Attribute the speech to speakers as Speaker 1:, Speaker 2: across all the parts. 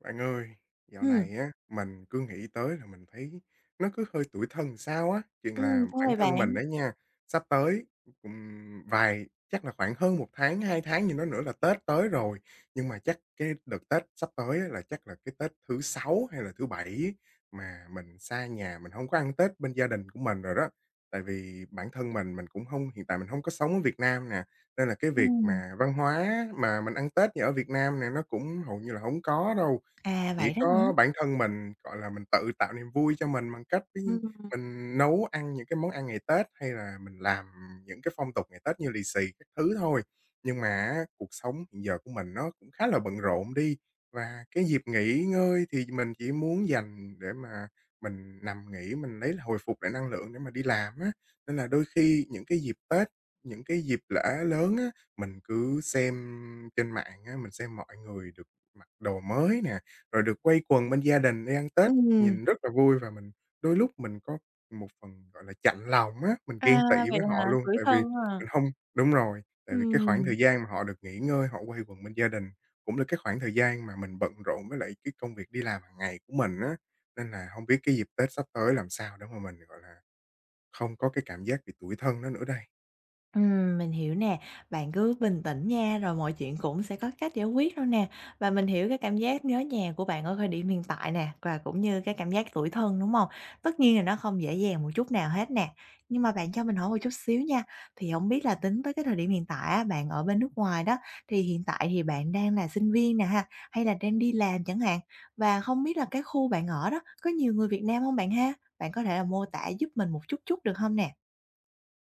Speaker 1: Bạn ơi, dạo
Speaker 2: Ừm,
Speaker 1: này á, mình cứ nghĩ tới là mình thấy nó cứ hơi tủi thân sao á. Chuyện là bản
Speaker 2: ôi,
Speaker 1: thân mình
Speaker 2: bạn,
Speaker 1: đấy nha, sắp tới, vài chắc là khoảng hơn một tháng, 2 tháng gì đó nữa là Tết tới rồi. Nhưng mà chắc cái đợt Tết sắp tới á, là chắc là cái Tết thứ Sáu hay là thứ Bảy ấy, mà mình xa nhà, mình không có ăn Tết bên gia đình của mình rồi đó. Tại vì bản thân mình cũng không hiện tại mình không có sống ở Việt Nam nè, nên là cái việc
Speaker 2: ừm,
Speaker 1: mà văn hóa mà mình ăn Tết như ở Việt Nam nè, nó cũng hầu như là không có đâu.
Speaker 2: à,
Speaker 1: Chỉ
Speaker 2: vậy đó hả?
Speaker 1: có bản thân mình, gọi là, mình tự tạo niềm vui cho mình bằng cách
Speaker 2: Ừm,
Speaker 1: mình nấu ăn những cái món ăn ngày Tết, hay là mình làm những cái phong tục ngày Tết như lì xì các thứ thôi. Nhưng mà á, cuộc sống hiện giờ của mình nó cũng khá là bận rộn đi, và cái dịp nghỉ ngơi thì mình chỉ muốn dành để mà mình nằm nghỉ, mình hồi phục lại năng lượng để mà đi làm á. Nên là đôi khi những cái dịp Tết, những cái dịp lễ lớn á, mình cứ xem trên mạng á, mình xem mọi người được mặc đồ mới nè, rồi được quây quần bên gia đình đi ăn Tết,
Speaker 2: ừm.
Speaker 1: nhìn rất là vui và mình đôi lúc mình có một phần, gọi là, chạnh lòng á, mình
Speaker 2: À,
Speaker 1: ghen tị
Speaker 2: vậy
Speaker 1: với họ
Speaker 2: hả?
Speaker 1: luôn,
Speaker 2: Tủi
Speaker 1: tại vì
Speaker 2: thân ha.
Speaker 1: mình hông đúng rồi, tại vì cái khoảng
Speaker 2: Ừm.
Speaker 1: thời gian mà họ được nghỉ ngơi, họ quây quần bên gia đình cũng là cái khoảng thời gian mà mình bận rộn với lại cái công việc đi làm hàng ngày của mình á. Nên là hông biết cái dịp Tết sắp tới làm sao để mà mình, gọi là, không có cái cảm giác bị tủi thân đó nữa đây?
Speaker 2: Mình hiểu nè, bạn cứ bình tĩnh nha, rồi mọi chuyện cũng sẽ có cách giải quyết thôi nè. Và mình hiểu cái cảm giác nhớ nhà của bạn ở thời điểm hiện tại nè, và cũng như cái cảm giác tủi thân, đúng không? Tất nhiên là nó không dễ dàng một chút nào hết nè. Nhưng mà bạn cho mình hỏi một chút xíu nha, thì không biết là tính tới cái thời điểm hiện tại á, bạn ở bên nước ngoài đó, thì hiện tại thì bạn đang là sinh viên nè ha, hay là đang đi làm chẳng hạn? Và không biết là cái khu bạn ở đó, có nhiều người Việt Nam không bạn ha? Bạn có thể là mô tả giúp mình một chút chút được không nè?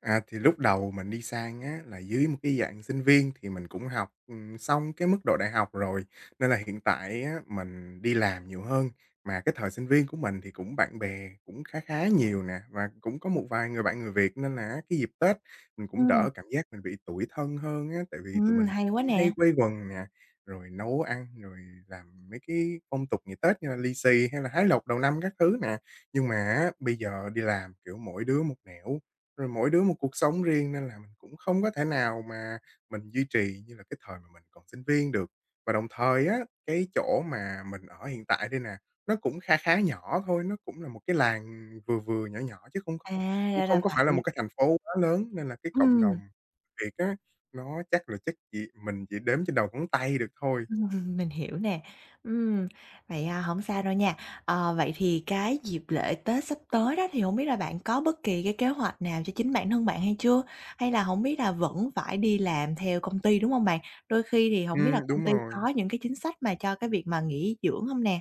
Speaker 1: À, thì lúc đầu mình đi sang á là dưới một cái dạng sinh viên thì mình cũng học, xong cái mức độ đại học rồi, nên là hiện tại á mình đi làm nhiều hơn. Mà cái thời sinh viên của mình thì cũng bạn bè cũng khá khá nhiều nè, và cũng có một vài người bạn người Việt nên là cái dịp Tết mình cũng
Speaker 2: Ừm.
Speaker 1: đỡ cảm giác mình bị tủi thân hơn á, tại vì tụi mình
Speaker 2: Hay
Speaker 1: cũng
Speaker 2: quá nè.
Speaker 1: hay quây quần nè, rồi nấu ăn, rồi làm mấy cái phong tục ngày Tết như là lì xì hay là hái lộc đầu năm các thứ nè. Nhưng mà á bây giờ đi làm, kiểu, mỗi đứa một nẻo rồi mỗi đứa một cuộc sống riêng nên là mình cũng không có thể nào mà mình duy trì như là cái thời mà mình còn sinh viên được. Và đồng thời á, cái chỗ mà mình ở hiện tại đây nè, nó cũng kha khá nhỏ thôi, nó cũng là một cái làng vừa vừa, nhỏ nhỏ chứ không
Speaker 2: À,
Speaker 1: có cũng
Speaker 2: ra là
Speaker 1: không có phải là
Speaker 2: vậy.
Speaker 1: một cái thành phố quá lớn, nên là cái cộng
Speaker 2: Ừm,
Speaker 1: đồng Việt á, nó chắc chỉ chỉ đếm trên đầu ngón tay được thôi.
Speaker 2: mình hiểu nè. Ừm, Vậy, à, hổng sao đâu nha. Ờ, vậy thì cái dịp lễ Tết sắp tới đó thì hổng biết là bạn có bất kỳ cái kế hoạch nào cho chính bản thân bạn hay chưa? Hay là hổng biết là vẫn phải đi làm theo công ty, đúng hông bạn? Đôi khi thì hổng biết là công
Speaker 1: Đúng
Speaker 2: ty
Speaker 1: rồi.
Speaker 2: có những cái chính sách mà cho cái việc mà nghỉ dưỡng hông nè?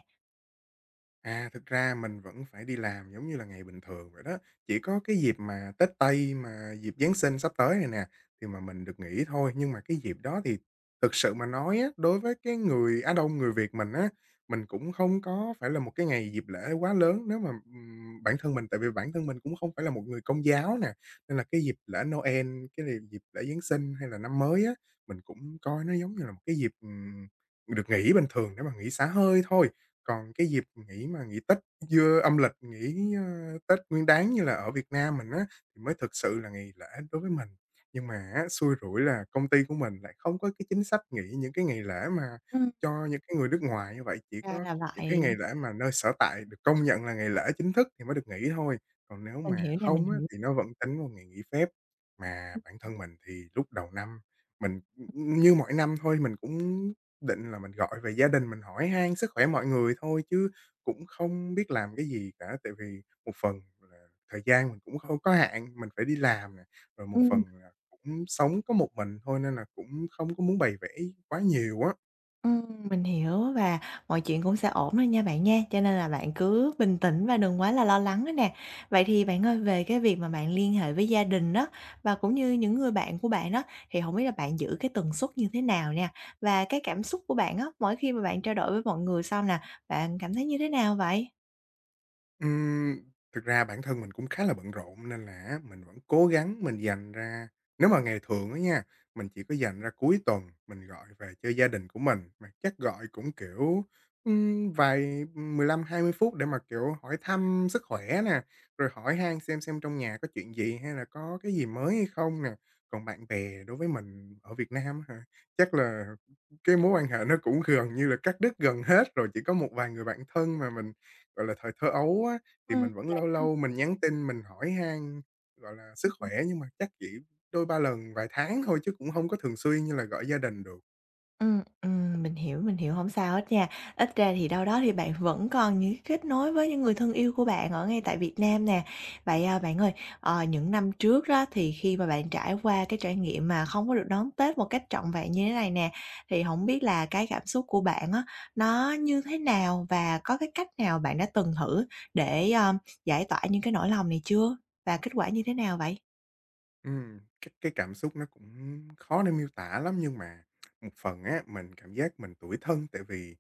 Speaker 1: À, thực ra mình vẫn phải đi làm giống như là ngày bình thường vậy đó, chỉ có cái dịp mà Tết Tây, mà dịp Giáng sinh sắp tới này nè, thì mà mình được nghỉ thôi. Nhưng mà cái dịp đó thì thực sự mà nói á, đối với cái người Á Đông, người Việt mình á, mình cũng không có phải là một cái ngày dịp lễ quá lớn nếu mà, bản thân mình tại vì bản thân mình cũng không phải là một người Công giáo nè, nên là cái dịp lễ Noel, cái dịp lễ Giáng sinh hay là năm mới á, mình cũng coi nó giống như là một cái dịp, được nghỉ bình thường để mà nghỉ xả hơi thôi. Còn cái dịp nghỉ mà nghỉ Tết dưa âm lịch, Tết Nguyên Đán như là ở Việt Nam mình á, thì mới thực sự là ngày lễ đối với mình. Nhưng mà á, xui rủi là công ty của mình lại không có cái chính sách nghỉ những cái ngày lễ mà
Speaker 2: Ừm,
Speaker 1: cho những cái người nước ngoài như vậy, chỉ
Speaker 2: ra
Speaker 1: có
Speaker 2: là
Speaker 1: những cái ngày
Speaker 2: vậy.
Speaker 1: lễ mà nơi sở tại được công nhận là ngày lễ chính thức thì mới được nghỉ thôi, còn nếu
Speaker 2: Mình
Speaker 1: mà
Speaker 2: hiểu nè, mình
Speaker 1: không á,
Speaker 2: hiểu.
Speaker 1: thì nó vẫn tính vào ngày nghỉ phép. Mà bản thân mình thì lúc đầu năm mình như mọi năm thôi, mình cũng định là mình gọi về gia đình mình hỏi han sức khỏe mọi người thôi chứ cũng không biết làm cái gì cả, tại vì một phần là thời gian mình cũng không có hạn, mình phải đi làm nè, rồi một
Speaker 2: Ừm.
Speaker 1: phần là cũng sống có một mình thôi nên là cũng không có muốn bày vẽ quá nhiều á.
Speaker 2: Mình hiểu và mọi chuyện cũng sẽ ổn thôi nha bạn nha, cho nên là bạn cứ bình tĩnh và đừng quá là lo lắng nữa nè. Vậy thì bạn ơi, về cái việc mà bạn liên hệ với gia đình đó, và cũng như những người bạn của bạn đó, thì không biết là bạn giữ cái tần suất như thế nào nè? Và cái cảm xúc của bạn á, mỗi khi mà bạn trao đổi với mọi người xong nè, bạn cảm thấy như thế nào vậy?
Speaker 1: Ừm, thực ra bản thân mình cũng khá là bận rộn nên là á, mình vẫn cố gắng mình dành ra nếu mà ngày thường á nha, mình chỉ có dành ra cuối tuần mình gọi về cho gia đình của mình, mà chắc gọi cũng, kiểu, vài 15-20 phút để mà, kiểu, hỏi thăm sức khỏe nè, rồi hỏi han xem trong nhà có chuyện gì hay là có cái gì mới hay không nè. Còn bạn bè đối với mình ở Việt Nam á hả, chắc là cái mối quan hệ nó cũng gần như là cắt đứt gần hết rồi, chỉ có một vài người bạn thân mà mình gọi là, thời thơ ấu á, thì mình vẫn
Speaker 2: Dạ.
Speaker 1: lâu lâu mình nhắn tin mình hỏi han, gọi là, sức khỏe nhưng mà chắc chỉ đôi ba lần vài tháng thôi chứ cũng không có thường xuyên như là gọi gia đình được.
Speaker 2: Mình hiểu, mình hiểu, hổng sao hết nha. Ít ra thì đâu đó thì bạn vẫn còn những cái kết nối với những người thân yêu của bạn ở ngay tại Việt Nam nè. Vậy, à, bạn ơi, những năm trước đó thì khi mà bạn trải qua cái trải nghiệm mà không có được đón Tết một cách trọn vẹn như thế này nè, thì hổng biết là cái cảm xúc của bạn á, nó như thế nào? Và có cái cách nào bạn đã từng thử để, giải tỏa những cái nỗi lòng này chưa? Và kết quả như thế nào vậy?
Speaker 1: Cái cảm xúc nó cũng khó để miêu tả lắm, nhưng mà một phần á, mình cảm giác mình tủi thân tại vì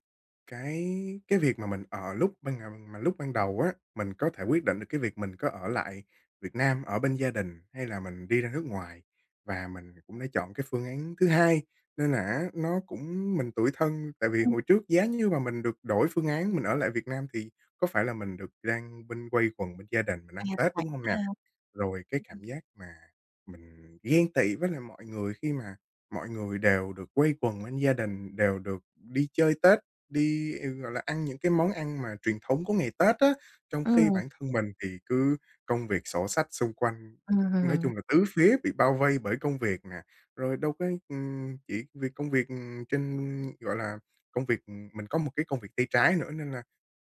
Speaker 1: cái cái việc mà mình ở lúc ban ngày mà lúc ban đầu á, mình có thể quyết định được cái việc mình có ở lại Việt Nam ở bên gia đình hay là mình đi ra nước ngoài, và mình cũng đã chọn cái phương án thứ hai, nên là á, nó cũng mình tủi thân. Tại vì
Speaker 2: Ừm,
Speaker 1: hồi trước giá như mà mình được đổi phương án mình ở lại Việt Nam thì có phải là mình được đang bên quây quần bên gia đình mình
Speaker 2: à,
Speaker 1: ăn
Speaker 2: À,
Speaker 1: Tết,
Speaker 2: vậy
Speaker 1: đúng không
Speaker 2: ha.
Speaker 1: nè? Rồi cái cảm giác mà mình ghen tị với lại mọi người khi mà mọi người đều được quây quần bên gia đình, đều được đi chơi Tết, đi, gọi là, ăn những cái món ăn mà truyền thống của ngày Tết á, trong khi
Speaker 2: Ừm,
Speaker 1: bản thân mình thì cứ công việc sổ sách xung quanh,
Speaker 2: ừm,
Speaker 1: nói
Speaker 2: ừm,
Speaker 1: chung là tứ phía bị bao vây bởi công việc nè. Rồi đâu có, chỉ việc công việc, trên gọi là, công việc mình có một cái công việc tay trái nữa nên là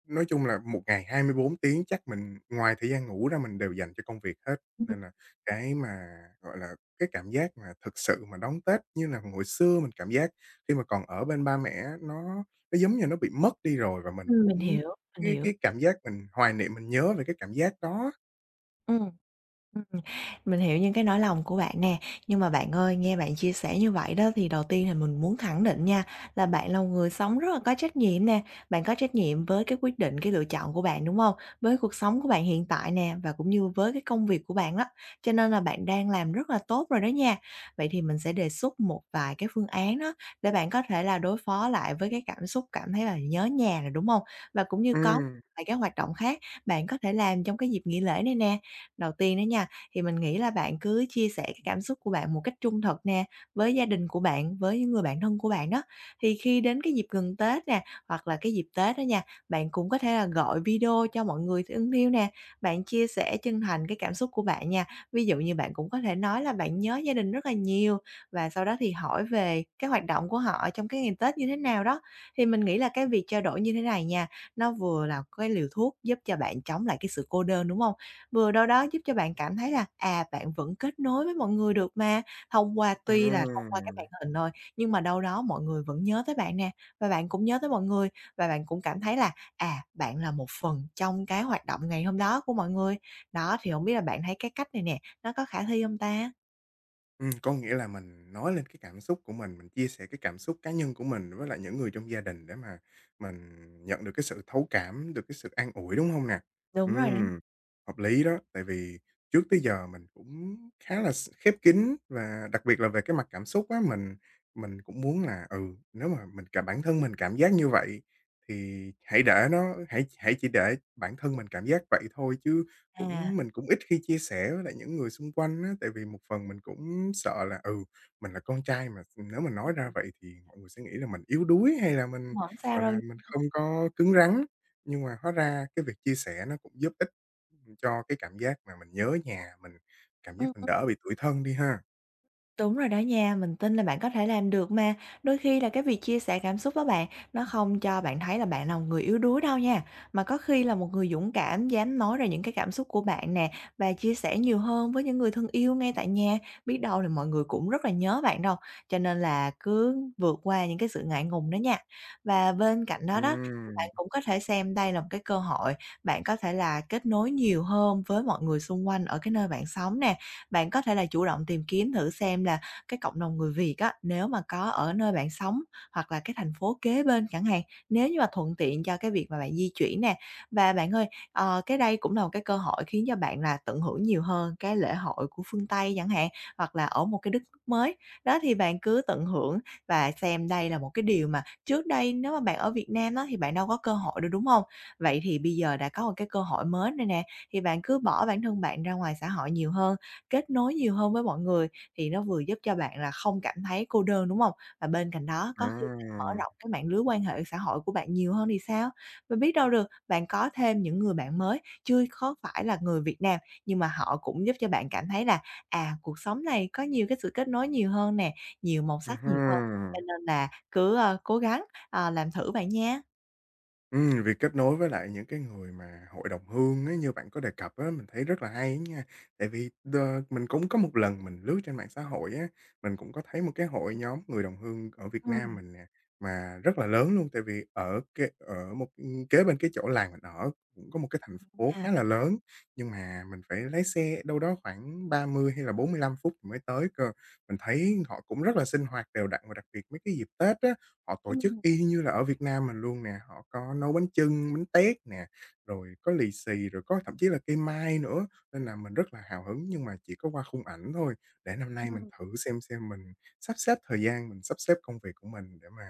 Speaker 1: nói chung là một ngày 24 tiếng chắc mình ngoài thời gian ngủ ra mình đều dành cho công việc hết, nên là cái mà, gọi là, cái cảm giác mà thực sự mà đón Tết như là hồi xưa mình cảm giác khi mà còn ở bên ba mẹ á, nó giống như nó bị mất đi rồi và mình
Speaker 2: mình
Speaker 1: cũng
Speaker 2: hiểu, mình hiểu.
Speaker 1: cái cảm giác mình hoài niệm, mình nhớ về cái cảm giác đó.
Speaker 2: Ừm, ừm. Mình hiểu những cái nỗi lòng của bạn nè, nhưng mà bạn ơi, nghe bạn chia sẻ như vậy đó thì đầu tiên là mình muốn khẳng định nha, là bạn là một người sống rất là có trách nhiệm nè, bạn có trách nhiệm với cái quyết định, cái lựa chọn của bạn, đúng không? Với cuộc sống của bạn hiện tại nè, và cũng như với cái công việc của bạn đó, cho nên là bạn đang làm rất là tốt rồi đó nha. Vậy thì mình sẽ đề xuất một vài cái phương án đó, để bạn có thể là đối phó lại với cái cảm xúc cảm thấy là nhớ nhà nè, đúng không? Và cũng như có
Speaker 1: Ừm,
Speaker 2: vài cái hoạt động khác bạn có thể làm trong cái dịp nghỉ lễ này nè. Đầu tiên đó nha, thì mình nghĩ là bạn cứ chia sẻ cái cảm xúc của bạn một cách trung thực nè, với gia đình của bạn, với những người bạn thân của bạn đó. Thì khi đến cái dịp gần Tết nè, hoặc là cái dịp Tết đó nha, bạn cũng có thể là gọi video cho mọi người thân yêu nè, bạn chia sẻ chân thành cái cảm xúc của bạn nha. Ví dụ như bạn cũng có thể nói là bạn nhớ gia đình rất là nhiều và sau đó thì hỏi về cái hoạt động của họ trong cái ngày Tết như thế nào đó. Thì mình nghĩ là cái việc trao đổi như thế này nha, nó vừa là cái liều thuốc giúp cho bạn chống lại cái sự cô đơn, đúng không? Vừa đâu đó giúp cho bạn cảm thấy là, à, bạn vẫn kết nối với mọi người được mà, thông qua
Speaker 1: ờ.
Speaker 2: tuy là thông qua cái màn hình thôi, nhưng mà đâu đó mọi người vẫn nhớ tới bạn nè, và bạn cũng nhớ tới mọi người, và bạn cũng cảm thấy là, à, bạn là một phần trong cái hoạt động ngày hôm đó của mọi người. Đó, thì không biết là bạn thấy cái cách này nè, nó có khả thi không ta?
Speaker 1: Có nghĩa là mình nói lên cái cảm xúc của mình chia sẻ cái cảm xúc cá nhân của mình với lại những người trong gia đình để mà mình nhận được cái sự thấu cảm, được cái sự an ủi, đúng không nè?
Speaker 2: Đúng rồi đó,
Speaker 1: Ừm, hợp lý đó, tại vì trước tới giờ mình cũng khá là khép kín và đặc biệt là về cái mặt cảm xúc á, mình cũng muốn là, nếu mà mình cả bản thân mình cảm giác như vậy thì hãy để nó hãy hãy chỉ để bản thân mình cảm giác vậy thôi chứ
Speaker 2: à,
Speaker 1: mình cũng ít khi chia sẻ với lại những người xung quanh á, tại vì một phần mình cũng sợ là, mình là con trai mà nếu mình nói ra vậy thì mọi người sẽ nghĩ là mình yếu đuối hay là mình,
Speaker 2: cũng hổng sao
Speaker 1: gọi
Speaker 2: đâu.
Speaker 1: là, mình không có cứng rắn. Nhưng mà hóa ra cái việc chia sẻ nó cũng giúp ích cho cái cảm giác mà mình nhớ nhà, mình cảm giác
Speaker 2: Ừm.
Speaker 1: mình đỡ bị tủi thân đi ha.
Speaker 2: Đúng rồi đó nha, mình tin là bạn có thể làm được mà. Đôi khi là cái việc chia sẻ cảm xúc đó bạn, nó không cho bạn thấy là bạn là một người yếu đuối đâu nha. Mà có khi là một người dũng cảm dám nói ra những cái cảm xúc của bạn nè và chia sẻ nhiều hơn với những người thân yêu ngay tại nhà. Biết đâu là mọi người cũng rất là nhớ bạn đâu. Cho nên là cứ vượt qua những cái sự ngại ngùng đó nha. Và bên cạnh đó đó, thì bạn
Speaker 1: Ừm,
Speaker 2: cũng có thể xem đây là một cái cơ hội bạn có thể là kết nối nhiều hơn với mọi người xung quanh ở cái nơi bạn sống nè, bạn có thể là chủ động tìm kiếm thử xem là cái cộng đồng người Việt á, nếu mà có ở nơi bạn sống hoặc là cái thành phố kế bên chẳng hạn, nếu như mà thuận tiện cho cái việc mà bạn di chuyển nè. Và bạn ơi, cái đây cũng là một cái cơ hội khiến cho bạn là tận hưởng nhiều hơn cái lễ hội của phương Tây chẳng hạn, hoặc là ở một cái đất nước mới. Đó, thì bạn cứ tận hưởng và xem đây là một cái điều mà trước đây nếu mà bạn ở Việt Nam á, thì bạn đâu có cơ hội được, đúng không? Vậy thì bây giờ đã có một cái cơ hội mới này nè, thì bạn cứ bỏ bản thân bạn ra ngoài xã hội nhiều hơn. Kết nối nhiều hơn với mọi người thì nó vừa giúp cho bạn là không cảm thấy cô đơn, đúng không? Và bên cạnh đó có khi bạn mở
Speaker 1: à,
Speaker 2: rộng cái mạng lưới quan hệ xã hội của bạn nhiều hơn thì sao? Và biết đâu được bạn có thêm những người bạn mới chưa có phải là người Việt Nam, nhưng mà họ cũng giúp cho bạn cảm thấy là, à, cuộc sống này có nhiều cái sự kết nối nhiều hơn nè, nhiều màu
Speaker 1: à
Speaker 2: sắc nhiều hơn, cho
Speaker 1: ha.
Speaker 2: nên là cứ, cố gắng, làm thử bạn nha.
Speaker 1: Việc kết nối với lại những cái người mà hội đồng hương ấy như bạn có đề cập á, mình thấy rất là hay á nha. Tại vì mình cũng có một lần mình lướt trên mạng xã hội á, mình cũng có thấy một cái hội nhóm người đồng hương ở Việt Nam
Speaker 2: Ừm.
Speaker 1: mình nè, mà rất là lớn luôn. Tại vì ở cái ở một ừ, kế bên cái chỗ làng mình ở cũng có một cái thành phố
Speaker 2: À.
Speaker 1: khá là lớn, nhưng mà mình phải lái xe đâu đó khoảng 30 hay là 45 phút thì mới tới cơ. Mình thấy họ cũng rất là sinh hoạt đều đặn và đặc biệt mấy cái dịp Tết á, họ tổ chức
Speaker 2: Ừm,
Speaker 1: y như là ở Việt Nam mình luôn nè, họ có nấu bánh chưng, bánh tét nè, rồi có lì xì, rồi có thậm chí là cây mai nữa, nên là mình rất là hào hứng nhưng mà chỉ có qua khung ảnh thôi. Để năm nay mình
Speaker 2: ừm.
Speaker 1: thử xem mình sắp xếp thời gian, mình sắp xếp công việc của mình để mà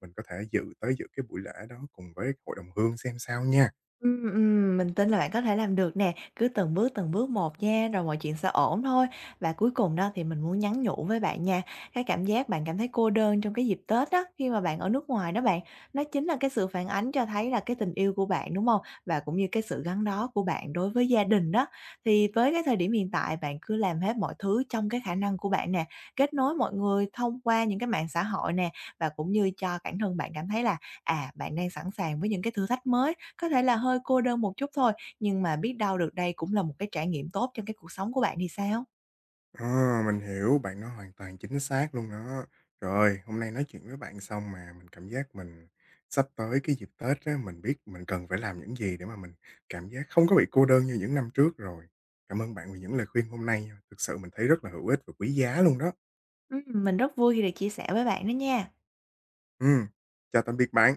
Speaker 1: mình có thể dự cái buổi lễ đó cùng với hội đồng hương xem sao nha.
Speaker 2: Mình tin là bạn có thể làm được nè, cứ từng bước một nha, rồi mọi chuyện sẽ ổn thôi. Và cuối cùng đó thì mình muốn nhắn nhủ với bạn nha, cái cảm giác bạn cảm thấy cô đơn trong cái dịp Tết đó khi mà bạn ở nước ngoài đó bạn, nó chính là cái sự phản ánh cho thấy là cái tình yêu của bạn, đúng không? Và cũng như cái sự gắn bó của bạn đối với gia đình đó. Thì với cái thời điểm hiện tại bạn cứ làm hết mọi thứ trong cái khả năng của bạn nè, kết nối mọi người thông qua những cái mạng xã hội nè, và cũng như cho bản thân bạn cảm thấy là, à, bạn đang sẵn sàng với những cái thử thách mới. Có thể là hơi cô đơn một chút thôi, nhưng mà biết đâu được đây cũng là một cái trải nghiệm tốt trong cái cuộc sống của bạn thì sao?
Speaker 1: Ờ, mình hiểu, bạn nói hoàn toàn chính xác luôn đó. Rồi, hôm nay nói chuyện với bạn xong mà mình cảm giác mình sắp tới cái dịp Tết á, mình biết mình cần phải làm những gì để mà mình cảm giác không có bị cô đơn như những năm trước rồi. Cảm ơn bạn vì những lời khuyên hôm nay, thực sự mình thấy rất là hữu ích và quý giá luôn đó.
Speaker 2: Mình rất vui khi được chia sẻ với bạn đó nha.
Speaker 1: Ừm, chào tạm biệt bạn.